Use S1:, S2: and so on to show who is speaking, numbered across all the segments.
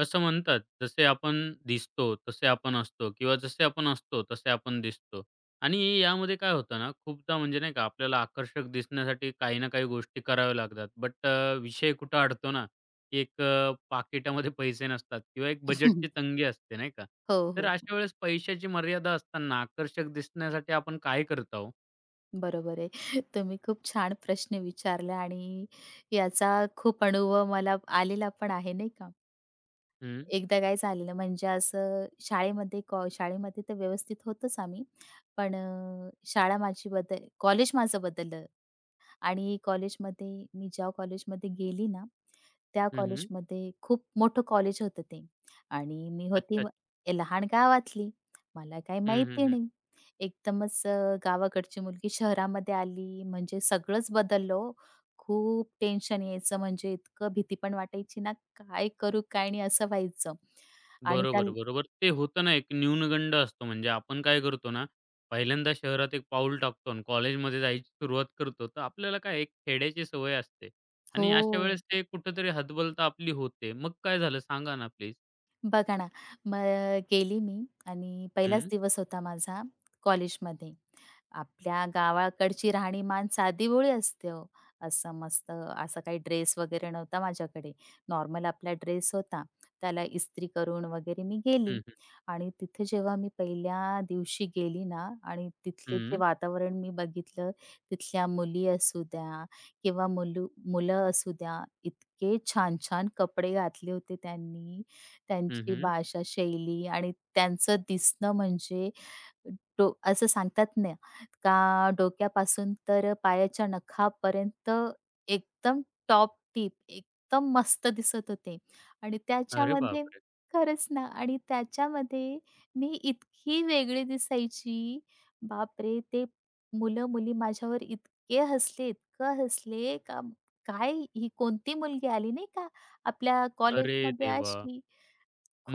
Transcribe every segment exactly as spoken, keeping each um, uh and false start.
S1: असं म्हणतात, जसे आपण दिसतो, तसे आपण असतो किंवा जसे आपण असतो, तसे आपण दिसतो. आणि यामध्ये काय होतं ना, खूपदा म्हणजे नाही का आपल्याला आकर्षक दिसण्यासाठी काही ना काही गोष्टी कराव्या लागतात. बट अ, विषय कुठं अडतो ना, की एक अ, पाकिटामध्ये पैसे नसतात किंवा एक बजेटची तंगी असते, नाही का?
S2: हो,
S1: तर
S2: हो.
S1: अशा वेळेस पैशाची मर्यादा असताना आकर्षक दिसण्यासाठी आपण काय करता हो?
S2: बरोबर आहे. तुम्ही खूप छान प्रश्न विचारला आणि याचा खूप अनुभव मला आलेला पण आहे, नाही का.
S1: हं.
S2: एकदा काय झालेलं म्हणजे असं शाळेमध्ये कॉ शाळेमध्ये तर व्यवस्थित होतोच आम्ही. पण अ, शाळा माझी बदल कॉलेज माझं बदललं. आणि कॉलेजमध्ये मी ज्या कॉलेजमध्ये गेली ना, त्या
S1: हं, हं.
S2: कॉलेजमध्ये खूप मोठं कॉलेज होतं ते आणि मी होती
S1: अच्छा,
S2: मग
S1: अच्छा.
S2: लहान गावातली. मला काही
S1: हं, हं,
S2: माहिती
S1: हं.
S2: नाही. एकदमच अ, गावाकडची मुलगी शहरामध्ये आली म्हणजे सगळंच बदललं हो. खूप टेन्शन यायचं म्हणजे इतकं भीती पण वाटायची ना, काय करू काय नाही असं व्हायचं. आणि त्या
S1: बरोबर, बरोबर. ते होतं ना, एक न्यूनगंड असतो. म्हणजे आपण काय करतो ना, पहिल्यांदा शहरात एक पाऊल टाकतो आणि कॉलेजमध्ये जायची सुरुवात करतो, तर आपल्याला काय एक खेड्याची सवय असते आणि
S2: हो.
S1: अशा वेळेस ते कुठेतरी हतबलता आपली होते. मग काय झालं सांगा ना प्लीज?
S2: बघा ना, मग गेली मी आणि पहिलाच
S1: हं,
S2: दिवस होता माझा कॉलेजमध्ये. आपल्या गावाकडची राहणीमान साधीभोळी असते हो. असं मस्त असा काही ड्रेस वगैरे नव्हता माझ्याकडे. नॉर्मल आपला ड्रेस होता. त्याला इस्त्री करून वगैरे मी
S1: हं,
S2: गेली
S1: हं,
S2: आणि तिथे जेव्हा मी पहिल्या दिवशी गेली ना आणि तिथले जे
S1: हं,
S2: वातावरण मी बघितलं, तिथल्या मुली असू द्या किंवा मुलू मुलं असू द्या, इतके छान-छान कपडे घातले होते त्यांनी. त्यांची
S1: हं,
S2: भाषा शैली आणि त्यांचं दिसणं म्हणजे डो असं सांगतात ना का डोक्यापासून तर पायाच्या नखापर्यंत एकदम टॉप टीप, एकदम मस्त दिसत होते आणि
S1: अरे
S2: त्याच्यामध्ये
S1: बापरे!
S2: खरंच ना आणि त्याच्यामध्ये मी इतकी वेगळी दिसायची. बापरे! ते मुलं-मुली माझ्यावर इतके हसले, इतकं हसले का काय ही कोणती मुलगी आली नाही का आपल्या
S1: अरे
S2: कॉलेजमध्ये
S1: देवा!
S2: अशी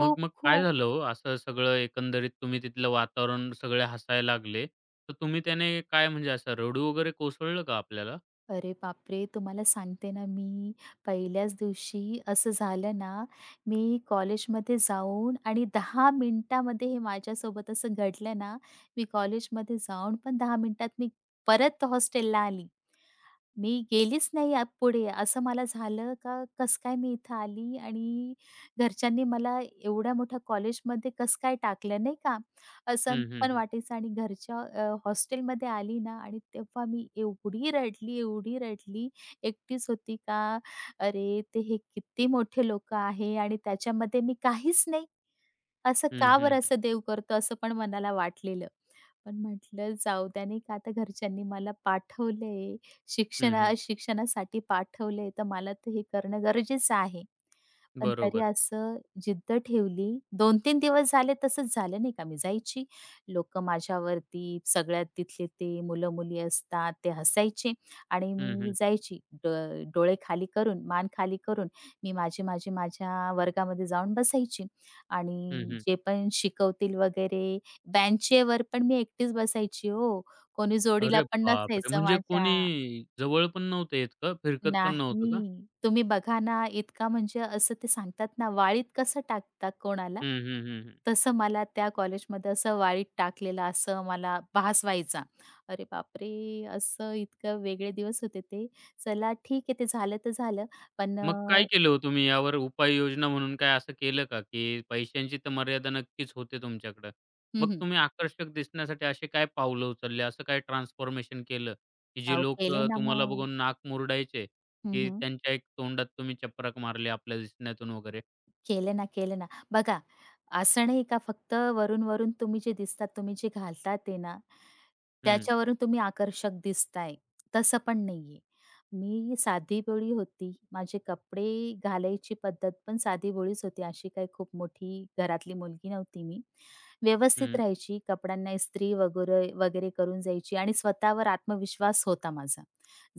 S1: मग मग काय झालं हो? असं सगळं एकंदरीत तुम्ही तिथलं वातावरण सगळे हसायला लागले, तर तुम्ही त्याने काय म्हणजे असं रडू वगैरे कोसळलं का आपल्याला?
S2: अरे बापरे! तुम्हाला सांगते ना मी, पहिल्याच दिवशी असं झालं ना, मी कॉलेजमध्ये जाऊन आणि दहा मिनिटामध्ये हे माझ्यासोबत असं घडलं ना, मी कॉलेजमध्ये जाऊन पण दहा मिनिटात मी परत हॉस्टेलला आली. मी गेलीच नाही आ पुढे. असं मला झालं का कसं काय मी इथं आली आणि घरच्यांनी मला एवढ्या मोठ्या कॉलेजमध्ये कसं काय टाकलं, नाही का? असं
S1: हं, हं,
S2: पण
S1: हं.
S2: वाटायचं आणि घरच्या अ, हॉस्टेलमध्ये आली ना आणि तेव्हा मी एवढी रडली, एवढी रडली. एकटीच होती का, "अरे, ते हे किती मोठे लोकं आहे आणि त्याच्यामध्ये मी काहीच नाही. असं
S1: हं,
S2: का
S1: हं,
S2: बरं
S1: हं.
S2: असं देव करतो?" असं पण मनाला वाटलेलं. पण म्हटलं जाऊ द्या नाही का आता घरच्यांनी मला पाठवलंय, शिक्षणा
S1: हं,
S2: शिक्षणासाठी पाठवलंय तर मला तर हे करणं गरजेचं आहे. पण तरी
S1: बरोबर.
S2: असं जिद्द ठेवली. दोन तीन दिवस झाले तसंच झालं नाही का. मी जायची, लोकं माझ्यावरती सगळ्यात तिथले ते मुलं-मुली असतात ते हसायचे आणि
S1: हं,
S2: मी
S1: हं.
S2: जायची. ड डोळे खाली करून, मान खाली करून मी माझी, माझी माझ्या वर्गामध्ये जाऊन बसायची
S1: हं,
S2: आणि
S1: हं.
S2: जे पण शिकवतील वगैरे बेंचेवर पण मी एकटीच बसायची हो. कोणी जोडीला
S1: अरे
S2: पण
S1: बापरे!
S2: नसायचं
S1: म्हणजे
S2: माझ्या.
S1: कोणी जवळ पण नव्हतं येत का? फिरकत पण नव्हतं का?
S2: नाही. तुम्ही बघा ना, इतका म्हणजे असं ते सांगतात ना, वाळीत कसं टाकतात कोणाला,
S1: हं, हं, हं, हं.
S2: तसं मला त्या कॉलेजमध्ये असं वाळीत टाकलेलं असं मला भास व्हायचा. अरे बापरे! असं इतकं वेगळे दिवस होते ते. चला ठीक आहे ते झालं तर झालं. पण अ,
S1: मग काय केलं हो तुम्ही? यावर उपाययोजना म्हणून काय असं केलं का? की पैशांची तर मर्यादा नक्कीच होते तुमच्याकडं.
S2: हं,
S1: मग
S2: हं.
S1: तुम्ही आकर्षक दिसण्यासाठी असे काय पावलं उचलले? असं काय ट्रान्सफॉर्मेशन केलं, की जे
S2: अहो केले
S1: लोकं
S2: ना
S1: तुम्हाला
S2: मग.
S1: बघून नाक मुरडायचे, की
S2: हं,
S1: त्यांच्या एक तोंडात तुम्ही चपराक मारली आपल्या दिसण्यातून वगैरे?
S2: केले ना, केले ना. बघा, असं नाही का फक्त वरून-वरून तुम्ही जे दिसतात, तुम्ही जे घालता ते ना,
S1: हं,
S2: त्याच्यावरून तुम्ही आकर्षक दिसताय, तसं पण नाहीये. मी साधीभोळी होती. माझे कपडे घालायची पद्धत पण साधीभोळीच होती. अशी काही खूप मोठी घरातली मुलगी नव्हती मी. व्यवस्थित
S1: हं.
S2: राहायची, कपड्यांना इस्त्री वगैरे वगैरे करून जायची आणि स्वतःवर आत्मविश्वास होता माझा.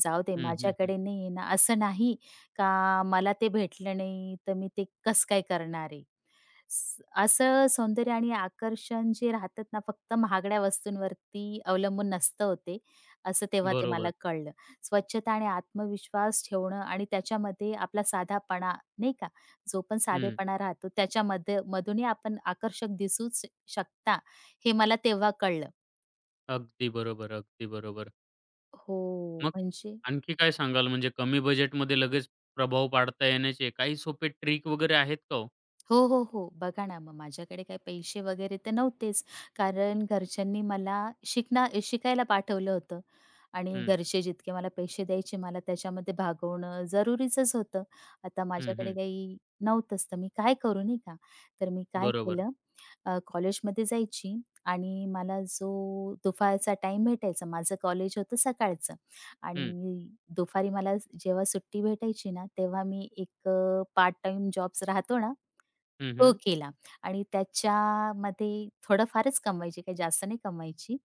S2: जाऊ दे
S1: हं, हं, हं.
S2: माझ्याकडे नाही आहे ना, असं नाही का मला ते भेटलं नाही, तर मी ते कसं काय करणार आहे? स असं सौंदर्य आणि आकर्षण जे राहतात ना, फक्त महागड्या वस्तूंवरती अवलंबून नसतं हो ते, असं तेव्हा ते मला
S1: बरोबर.
S2: कळलं. स्वच्छता आणि आत्मविश्वास ठेवणं आणि त्याच्यामध्ये आपला साधापणा नाही का, जो पण
S1: हं.
S2: साधेपणा राहतो त्याच्यामध्ये मधूनही आपण आकर्षक दिसूच शकता, हे मला तेव्हा कळलं.
S1: अगदी बरोबर, अगदी बरोबर.
S2: हो,
S1: मग
S2: म्हणजे
S1: आणखी काय सांगाल म्हणजे कमी बजेटमध्ये लगेच प्रभाव पाडता येण्याचे काही सोपे ट्रिक वगैरे आहेत का हो?
S2: हो, हो, हो. बघा ना, मग माझ्याकडे काही पैसे वगैरे तर नव्हतेच, कारण घरच्यांनी मला शिकना शिकायला पाठवलं होतं आणि
S1: हं,
S2: घरचे जितके मला पैसे द्यायचे, मला त्याच्यामध्ये भागवणं जरुरीचंच होतं. आता
S1: हं,
S2: माझ्याकडे
S1: हं.
S2: काही नव्हतंच, तर मी काय करू, नाही का? तर मी काय
S1: बरोबर.
S2: केलं, अ, कॉलेजमध्ये जायची आणि मला जो दुपारचा टाईम भेटायचा, माझं कॉलेज होतं सकाळचं
S1: हं,
S2: आणि दुपारी मला जेव्हा सुट्टी भेटायची ना, तेव्हा मी एक पार्ट टाईम जॉब्स राहतो ना,
S1: हं,
S2: तो
S1: हं,
S2: केला आणि त्याच्यामध्ये थोडंफारच कमवायची, काही जास्त नाही कमवायची.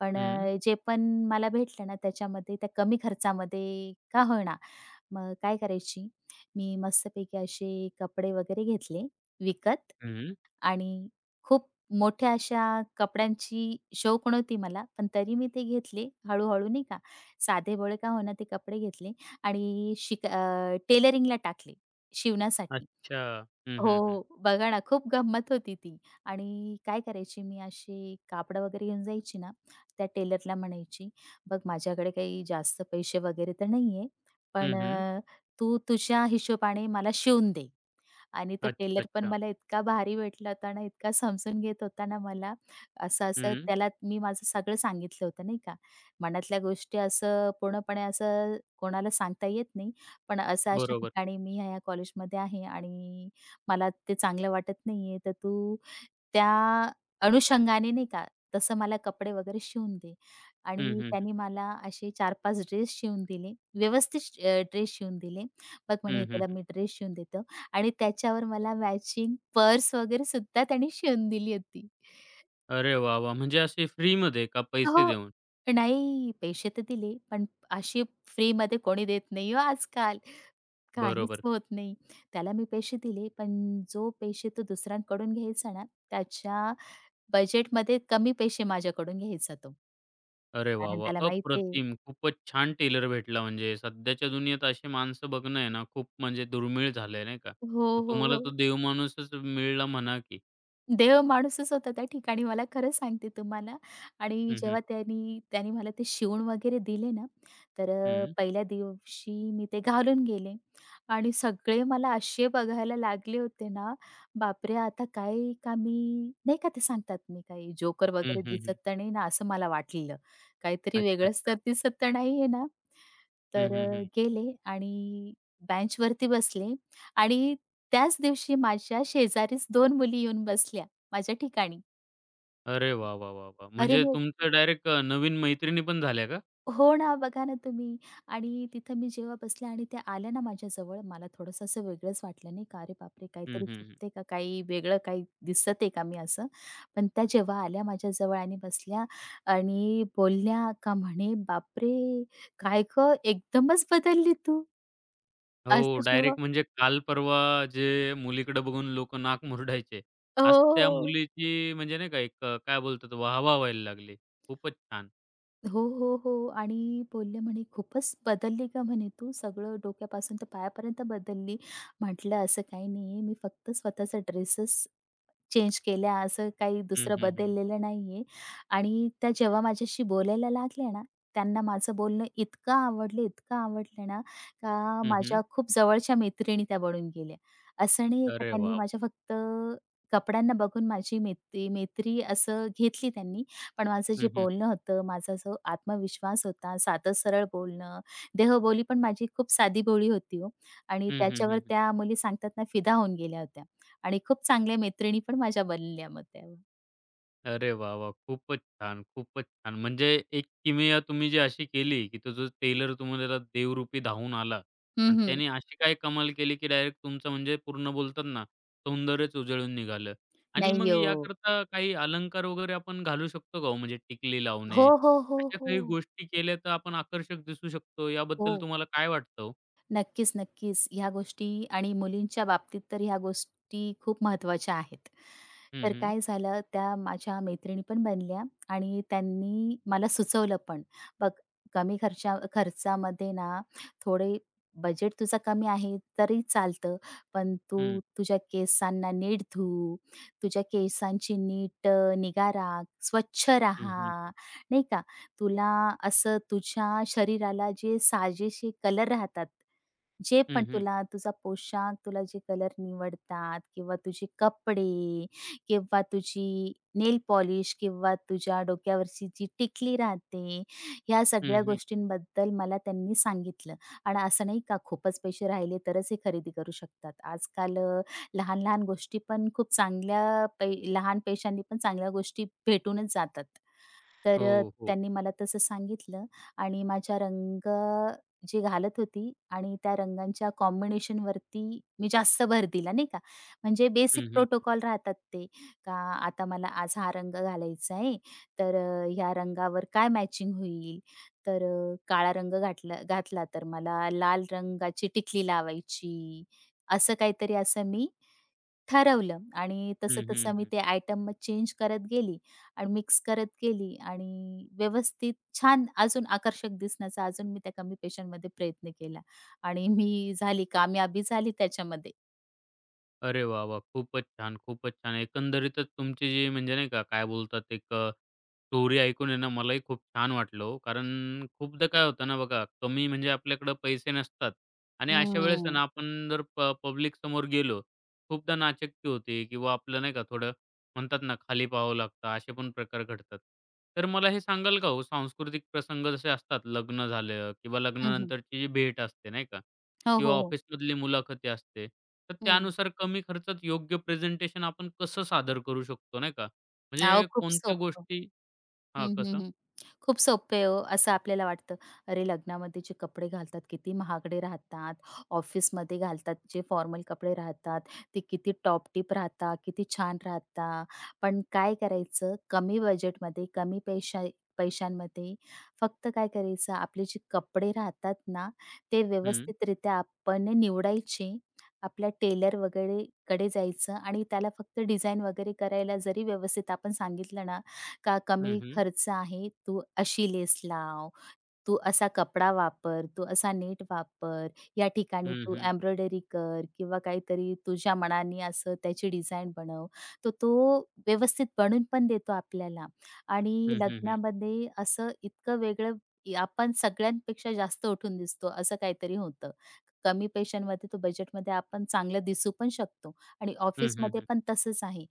S2: पण
S1: हं,
S2: अ, जे पण मला भेटलं ना, त्याच्यामध्ये त्या कमी खर्चामध्ये का होईना, मग काय करायची, मी मस्तपैकी असे कपडे वगैरे घेतले विकत
S1: हं.
S2: आणि खूप मोठ्या अशा कपड्यांची शौक नव्हती मला, पण तरी मी ते घेतले हळू नाही का, साधेभोळे का होईना ते कपडे घेतले आणि शिक अ, टेलरिंगला टाकले शिवण्यासाठी.
S1: अच्छा. हं, हं, हं.
S2: हो, बघा ना, खूप गंमत होती ती. आणि काय करायची मी अशी कापडं वगैरे घेऊन जायची ना, त्या टेलरला म्हणायची, "बघ माझ्याकडे काही जास्त पैसे वगैरे तर नाहीये,
S1: हं,
S2: पण
S1: हं.
S2: अ, तू तुझ्या हिशोबाने मला शिवून दे." आणि तो
S1: अच्छा,
S2: टेलर पण
S1: अच्छा.
S2: मला इतका भारी भेटला होता ना, इतका समजून घेत होता ना मला. असं-असं
S1: हं.
S2: त्याला मी माझं सगळं सांगितलं होतं नाही का. मनातल्या गोष्टी असं पूर्णपणे असं कोणाला सांगता येत नाही. पण असं अशा
S1: बरोबर.
S2: ठिकाणी मी ह्या-ह्या कॉलेजमध्ये आहे आणि मला ते चांगलं वाटत नाहीये, तर तू त्या अनुषंगाने नाही का, तसं मला कपडे वगैरे शिवून दे.
S1: हं,
S2: आणि
S1: हं, हं.
S2: त्याने मला असे चार पाच ड्रेस शिवून दिले. व्यवस्थित ड्रेस शिवून दिले. बघ म्हणे,
S1: हं,
S2: हे
S1: हं,
S2: "तुला मी ड्रेस शिवून देतो." आणि त्याच्यावर मला मॅचिंग पर्स वगैरे सुद्धा त्याने शिवून दिली होती.
S1: अरे वाह, वाह! म्हणजे असे फ्रीमध्ये का पैसे
S2: हो.
S1: देऊन?
S2: नाही पैसे तर दिले, पण अशी फ्रीमध्ये कोणी देत नाही हो आजकाल. काहीच
S1: बरोबर.
S2: होत नाही. त्याला मी पैसे दिले, पण जो पैसे तो दुसऱ्यांकडून घ्यायचा ना, त्याच्या बजेटमध्ये कमी पैसे माझ्याकडून घ्यायचा तो.
S1: अरे वाह,
S2: कारण
S1: वाह!
S2: त्याला माहिती आहे
S1: अप्रतिम. खूपच छान टेलर भेटला म्हणजे. सध्याच्या दुनियेत अशी माणसं बघणं आहे ना खूप म्हणजे दुर्मिळ झालंय नाही का?
S2: हो,
S1: तर
S2: हो,
S1: तुम्हाला तो
S2: हो.
S1: देवमाणूसच मिळला म्हणा की.
S2: देव माणूसच होता त्या ठिकाणी मला खरं सांगते तुम्हाला आणि
S1: हं, हं.
S2: जेव्हा त्यांनी त्याने मला ते शिवून वगैरे दिले ना, तर अ,
S1: हं.
S2: पहिल्या दिवशी मी ते घालून गेले आणि सगळे मला असे बघायला लागले होते ना, बापरे! आता काय का मी नाही का ते सांगतात मी काही जोकर
S1: हं,
S2: वगैरे
S1: हं,
S2: दिसत
S1: हं.
S2: तर नाही ना, असं मला वाटलेलं. काहीतरी
S1: अच्छा,
S2: वेगळंच
S1: अच्छा.
S2: तर दिसत तर नाहीये ना.
S1: हं,
S2: तर
S1: हं,
S2: अ,
S1: हं.
S2: गेले आणि बेंचवरती बसले आणि त्याच दिवशी माझ्या शेजारीच दोन मुली येऊन बसल्या माझ्या ठिकाणी.
S1: अरे वाह, वाह, वाह, वाह!
S2: अरे
S1: म्हणजे
S2: मग
S1: तुमचं डायरेक्ट अ, नवीन मैत्रिणी पण झाल्या का?
S2: हो ना, बघा ना तुम्ही. आणि तिथं मी जेव्हा बसले आणि त्या आल्या ना माझ्याजवळ, मला थोडंसं असं वेगळंच वाटलं नाही का, "अरे बापरे!
S1: हं,
S2: काहीतरी
S1: हं, हं.
S2: चुकतंय का? काही वेगळं काही दिसत आहे का मी असं?" पण त्या जेव्हा आल्या माझ्याजवळ आणि बसल्या आणि बोलल्या का म्हणे, "बापरे! काय गं, एकदमच बदलली तू."
S1: हो,
S2: असं जेव्हा
S1: डायरेक्ट म्हणजे काल परवा जे मुलीकडे बघून लोकं नाक मुरडायचे, आज त्या
S2: हो.
S1: मुलीची म्हणजे नाही का एक अ, काय बोलतात वाह-वाह व्हायला लागली. खूपच छान.
S2: हो, हो, हो. आणि बोलले म्हणे, "खूपच बदलली का म्हणे, "तू सगळं डोक्यापासून तर पायापर्यंत बदलली." म्हटलं, "असं काही नाहीये. मी फक्त स्वतःचा ड्रेसच चेंज केल्या, असं काही
S1: हं,
S2: दुसरं
S1: हं, हं.
S2: बदललेलं नाहीये. आणि त्या जेव्हा माझ्याशी बोलायला लागल्या ना, त्यांना माझं बोलणं इतकं आवडलं, इतकं आवडलं ना, का
S1: हं, हं.
S2: माझ्या खूप जवळच्या मैत्रिणी त्या बनून गेल्या. असं नाहीये का
S1: अरे
S2: त्यांनी
S1: वाह!
S2: माझ्या फक्त कपड्यांना बघून माझी मैत्री मैत्री असं घेतली त्यांनी. पण माझं जे
S1: हं, हं.
S2: बोलणं होतं, माझा जो आत्मविश्वास होता, साधं सरळ बोलणं, देहबोली पण माझी खूप साधीभोळी होती हो. आणि
S1: हं, हं,
S2: त्याच्यावर
S1: हं.
S2: त्या मुली सांगतात ना, फिदा होऊन गेल्या होत्या. आणि खूप चांगल्या मैत्रिणी पण माझ्या बनल्या मग तेव्हा.
S1: अरे वाह, वाह! खूपच छान, खूपच छान. म्हणजे एक किमया तुम्ही जी अशी केली, की तो जो टेलर तुम्हाला देवरूपी धावून आला आणि
S2: हं, हं.
S1: त्याने अशी काय कमाल केली, की डायरेक्ट तुमचं म्हणजे पूर्ण बोलतात ना, सौंदर्यच उजळून निघालं. आणि
S2: नाही
S1: मग
S2: हो.
S1: याकरता काही अलंकार वगैरे आपण घालू शकतो का हो? म्हणजे टिकली लावणे,
S2: हो, हो, हो,
S1: अशा
S2: हो.
S1: काही गोष्टी केल्या तर आपण आकर्षक दिसू शकतो.
S2: हो.
S1: याबद्दल तुम्हाला काय वाटतं हो?
S2: नक्कीच, नक्कीच. ह्या गोष्टी आणि मुलींच्या बाबतीत तर ह्या गोष्टी खूप महत्त्वाच्या आहेत.
S1: हं,
S2: तर
S1: हं.
S2: काय झालं त्या माझ्या मैत्रिणी पण बनल्या आणि त्यांनी मला सुचवलं पण, "बघ कमी खर्चा खर्चामध्ये ना थोडे बजेट तुझा कमी आहे तरी चालतं, पण
S1: हं,
S2: तू तुझ्या केसांना नीट धू, तुझ्या केसांची नीट अ, निगा राख, स्वच्छ
S1: हं, हं,
S2: राहा,
S1: हं.
S2: नाही का? तुला असं तुझ्या शरीराला जे साजेसे कलर राहतात" जे
S1: हं,
S2: पण
S1: हं.
S2: तुला तुझा पोशाख, तुला जे कलर निवडतात किंवा तुझे कपडे किंवा तुझी नेल पॉलिश किंवा तुझ्या डोक्यावरची जी टिकली राहते, ह्या सगळ्या
S1: हं,
S2: गोष्टींबद्दल मला त्यांनी सांगितलं. आणि असं नाही का खूपच पैसे राहिले तरच हे खरेदी करू शकतात. आजकाल अ, लहान-लहान गोष्टी पण खूप चांगल्या पै लहान पैशांनी पण चांगल्या गोष्टी भेटूनच जातात. तर अ,
S1: हो, हो.
S2: त्यांनी मला तसं सांगितलं आणि माझ्या रंग जी घालत होती आणि त्या रंगांच्या कॉम्बिनेशन वरती, मी जास्त भर दिला, नाही का. म्हणजे बेसिक
S1: हं, हं.
S2: प्रोटोकॉल राहतात ते, का आता मला आज हा रंग घालायचा आहे, तर अ, ह्या रंगावर काय मॅचिंग होईल? तर अ, काळा रंग घातला घातला तर मला लाल रंगाची टिकली लावायची. असं काहीतरी असं मी ठरवलं आणि
S1: हं, हं,
S2: तसं-तसं मी
S1: हं.
S2: ते आयटम मग चेंज करत गेली आणि मिक्स करत गेली आणि व्यवस्थित छान अजून आकर्षक दिसण्याचा अजून मी त्या कमी पैशांमध्ये प्रयत्न केला आणि मी झाली कामयाबी झाली त्याच्यामध्ये.
S1: अरे वाह, वाह! खूपच छान, खूपच छान. एकंदरीतच तुमची जी म्हणजे नाही का, काय बोलतात एक अ, स्टोरी ऐकून आहे ना, मलाही खूप छान वाटलं हो. कारण खूपदा काय होतं ना बघा, कमी म्हणजे आपल्याकडं पैसे नसतात आणि अशा वेळेस आहे
S2: हम्म.
S1: ना, आपण जर पब्लिक समोर गेलो, खूपदा नाचक्की होते किंवा आपलं नाही का थोडं म्हणतात ना, खाली पाहावं लागतं, असे पण प्रकार घडतात. तर मला हे सांगाल का हो, सांस्कृतिक प्रसंग जसे असतात, लग्न झालं किंवा
S2: हं, हं.
S1: लग्नानंतरची जी भेट असते नाही का,
S2: हो,
S1: किंवा
S2: हो, हो.
S1: ऑफिसमधली मुलाखती असते. तर
S2: हं.
S1: त्यानुसार कमी खर्चात योग्य प्रेझेंटेशन आपण कसं सादर करू शकतो, नाही का?
S2: अहो,
S1: म्हणजे
S2: खूप
S1: कोणत्या
S2: सोपं.
S1: गोष्टी हां,
S2: हं, हं,
S1: कसं?
S2: हं. खूप सोपे आहे हो, असं आपल्याला वाटतं. अरे, लग्नामध्ये जे कपडे घालतात किती महागडे राहतात. ऑफिसमध्ये घालतात जे फॉर्मल कपडे राहतात, ते किती टॉप टिप राहतात, किती छान राहतात. पण काय करायचं, कमी बजेटमध्ये, कमी पैशा पैशांमध्ये फक्त काय करायचं, आपले जे कपडे राहतात ना, ते
S1: हं,
S2: व्यवस्थितरित्या आपण निवडायचे. आपल्या टेलर वगैरे कडे जायचं आणि त्याला फक्त डिझाइन वगैरे करायला जरी व्यवस्थित आपण सांगितलं ना, का
S1: हं,
S2: कमी
S1: हं.
S2: खर्च आहे, तू अशी लेस लाव, तू असा कपडा वापर, तू असा नेट वापर, या ठिकाणी
S1: हं,
S2: तू
S1: हं.
S2: एम्ब्रॉयडरी कर किंवा काहीतरी तुझ्या मनाने असं त्याची डिझाइन बनव. तर तो व्यवस्थित बनवून पण देतो आपल्याला आणि
S1: हं, हं, हं.
S2: लग्नामध्ये असं इतकं वेगळं इ- आपण सगळ्यांपेक्षा जास्त उठून दिसतो असं काहीतरी होतं. कमी पैशांमध्ये तो बजेटमध्ये आपण चांगलं दिसू पण शकतो आणि
S1: हं, हं,
S2: ऑफिसमध्ये
S1: हं.
S2: पण तसंच आहे.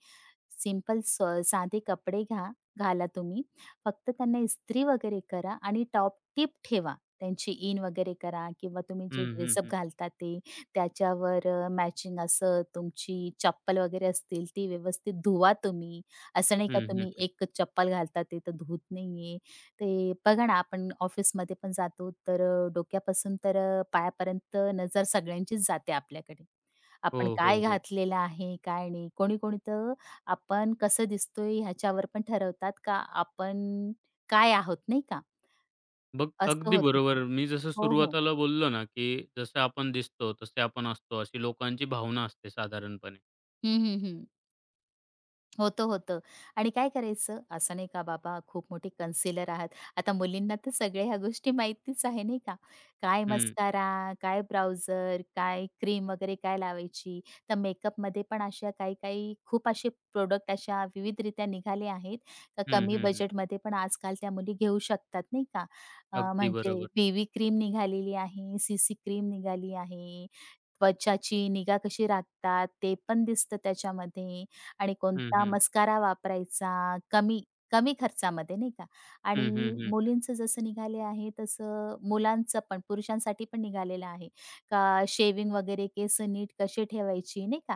S2: सिंपल स साधे कपडे घ्या घाला तुम्ही. फक्त त्यांना इस्त्री वगैरे करा आणि टॉप टिप ठेवा. त्यांची इन वगैरे करा किंवा तुम्ही जे
S1: हं, हं,
S2: ड्रेसअप
S1: हं.
S2: घालता ते त्याच्यावर अ, मॅचिंग असं तुमची चप्पल वगैरे असतील ती व्यवस्थित धुवा तुम्ही. असं नाही का तुम्ही एक चप्पल घालता ते तर धुत नाहीये. ते बघा ना आपण ऑफिसमध्ये पण जातो तर अ, डोक्यापासून तर अ, पायापर्यंत नजर सगळ्यांचीच जाते आपल्याकडे. आपण
S1: हो,
S2: काय
S1: हो, हो.
S2: घातलेलं आहे, काय नाही. कोणी-कोणी तर आपण कसं दिसतोय ह्याच्यावर पण ठरवतात का आपण काय आहोत, नाही का?
S1: बघ
S2: असं
S1: अगदी
S2: होतं ते.
S1: बरोबर. मी जसं
S2: हो, हो.
S1: सुरुवातीला बोललो ना, की जसं आपण दिसतो, तसे आपण असतो, अशी लोकांची भावना असते साधारणपणे.
S2: हं, हं, हं. होतं, होतं. आणि काय करायचं? असं नाही का बाबा खूप मोठे कन्सिलर आहात. आता मुलींना तर सगळ्या ह्या गोष्टी माहितीच आहे नाही का? काय
S1: हं.
S2: मस्कारा, काय ब्राउझर, काय क्रीम वगैरे काय लावायची. तर मेकअपमध्ये पण अशा काही-काही खूप असे प्रोडक्ट अशा विविधरित्या निघाले आहेत. तर
S1: हं,
S2: कमी
S1: हं, हं.
S2: बजेटमध्ये पण आजकाल त्या मुली घेऊ शकतात नाही का? अ,
S1: अगदी
S2: म्हणजे
S1: बरोबर.
S2: बी क्रीम निघालेली आहे, सी-सी क्रीम निघाली आहे. त्वचाची निगा कशी राखतात ते पण दिसतं त्याच्यामध्ये आणि
S1: हं,
S2: कोणता
S1: हं.
S2: मस्कारा वापरायचा कमी कमी खर्चामध्ये नाही का आणि
S1: हं, हं, हं.
S2: मुलींचं जसं निघाले आहे तसं मुलांचं पण पुरुषांसाठी पण निघालेलं आहे का शेविंग वगैरे केस नीट कसे ठेवायची नाही का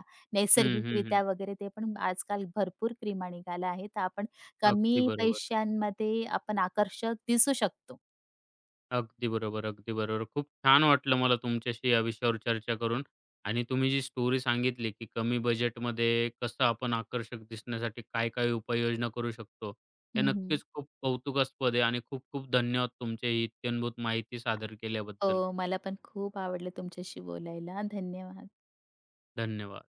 S1: हं, हं, हं.
S2: नैसर्गिकरित्या वगैरे ते पण आजकाल भरपूर क्रीमा निघाल्या आहेत तर आपण
S1: अगदी
S2: कमी
S1: बरोबर.
S2: पैशांमध्ये आपण आकर्षक दिसू शकतो.
S1: अगदी बरोबर, अगदी बरोबर. खूप छान वाटलं मला तुमच्याशी या विषयावर चर्चा करून आणि तुम्ही जी स्टोरी सांगितली, की कमी बजेटमध्ये कसं आपण आकर्षक दिसण्यासाठी काय-काय उपाययोजना करू शकतो. हे
S2: हं, हं.
S1: नक्कीच खूप कौतुकास्पद आहे आणि खूप-खूप धन्यवाद तुमचे ही इत्यंभूत माहिती सादर केल्याबद्दल.
S2: हो, मला पण खूप आवडलं तुमच्याशी बोलायला. धन्यवाद.
S1: धन्यवाद.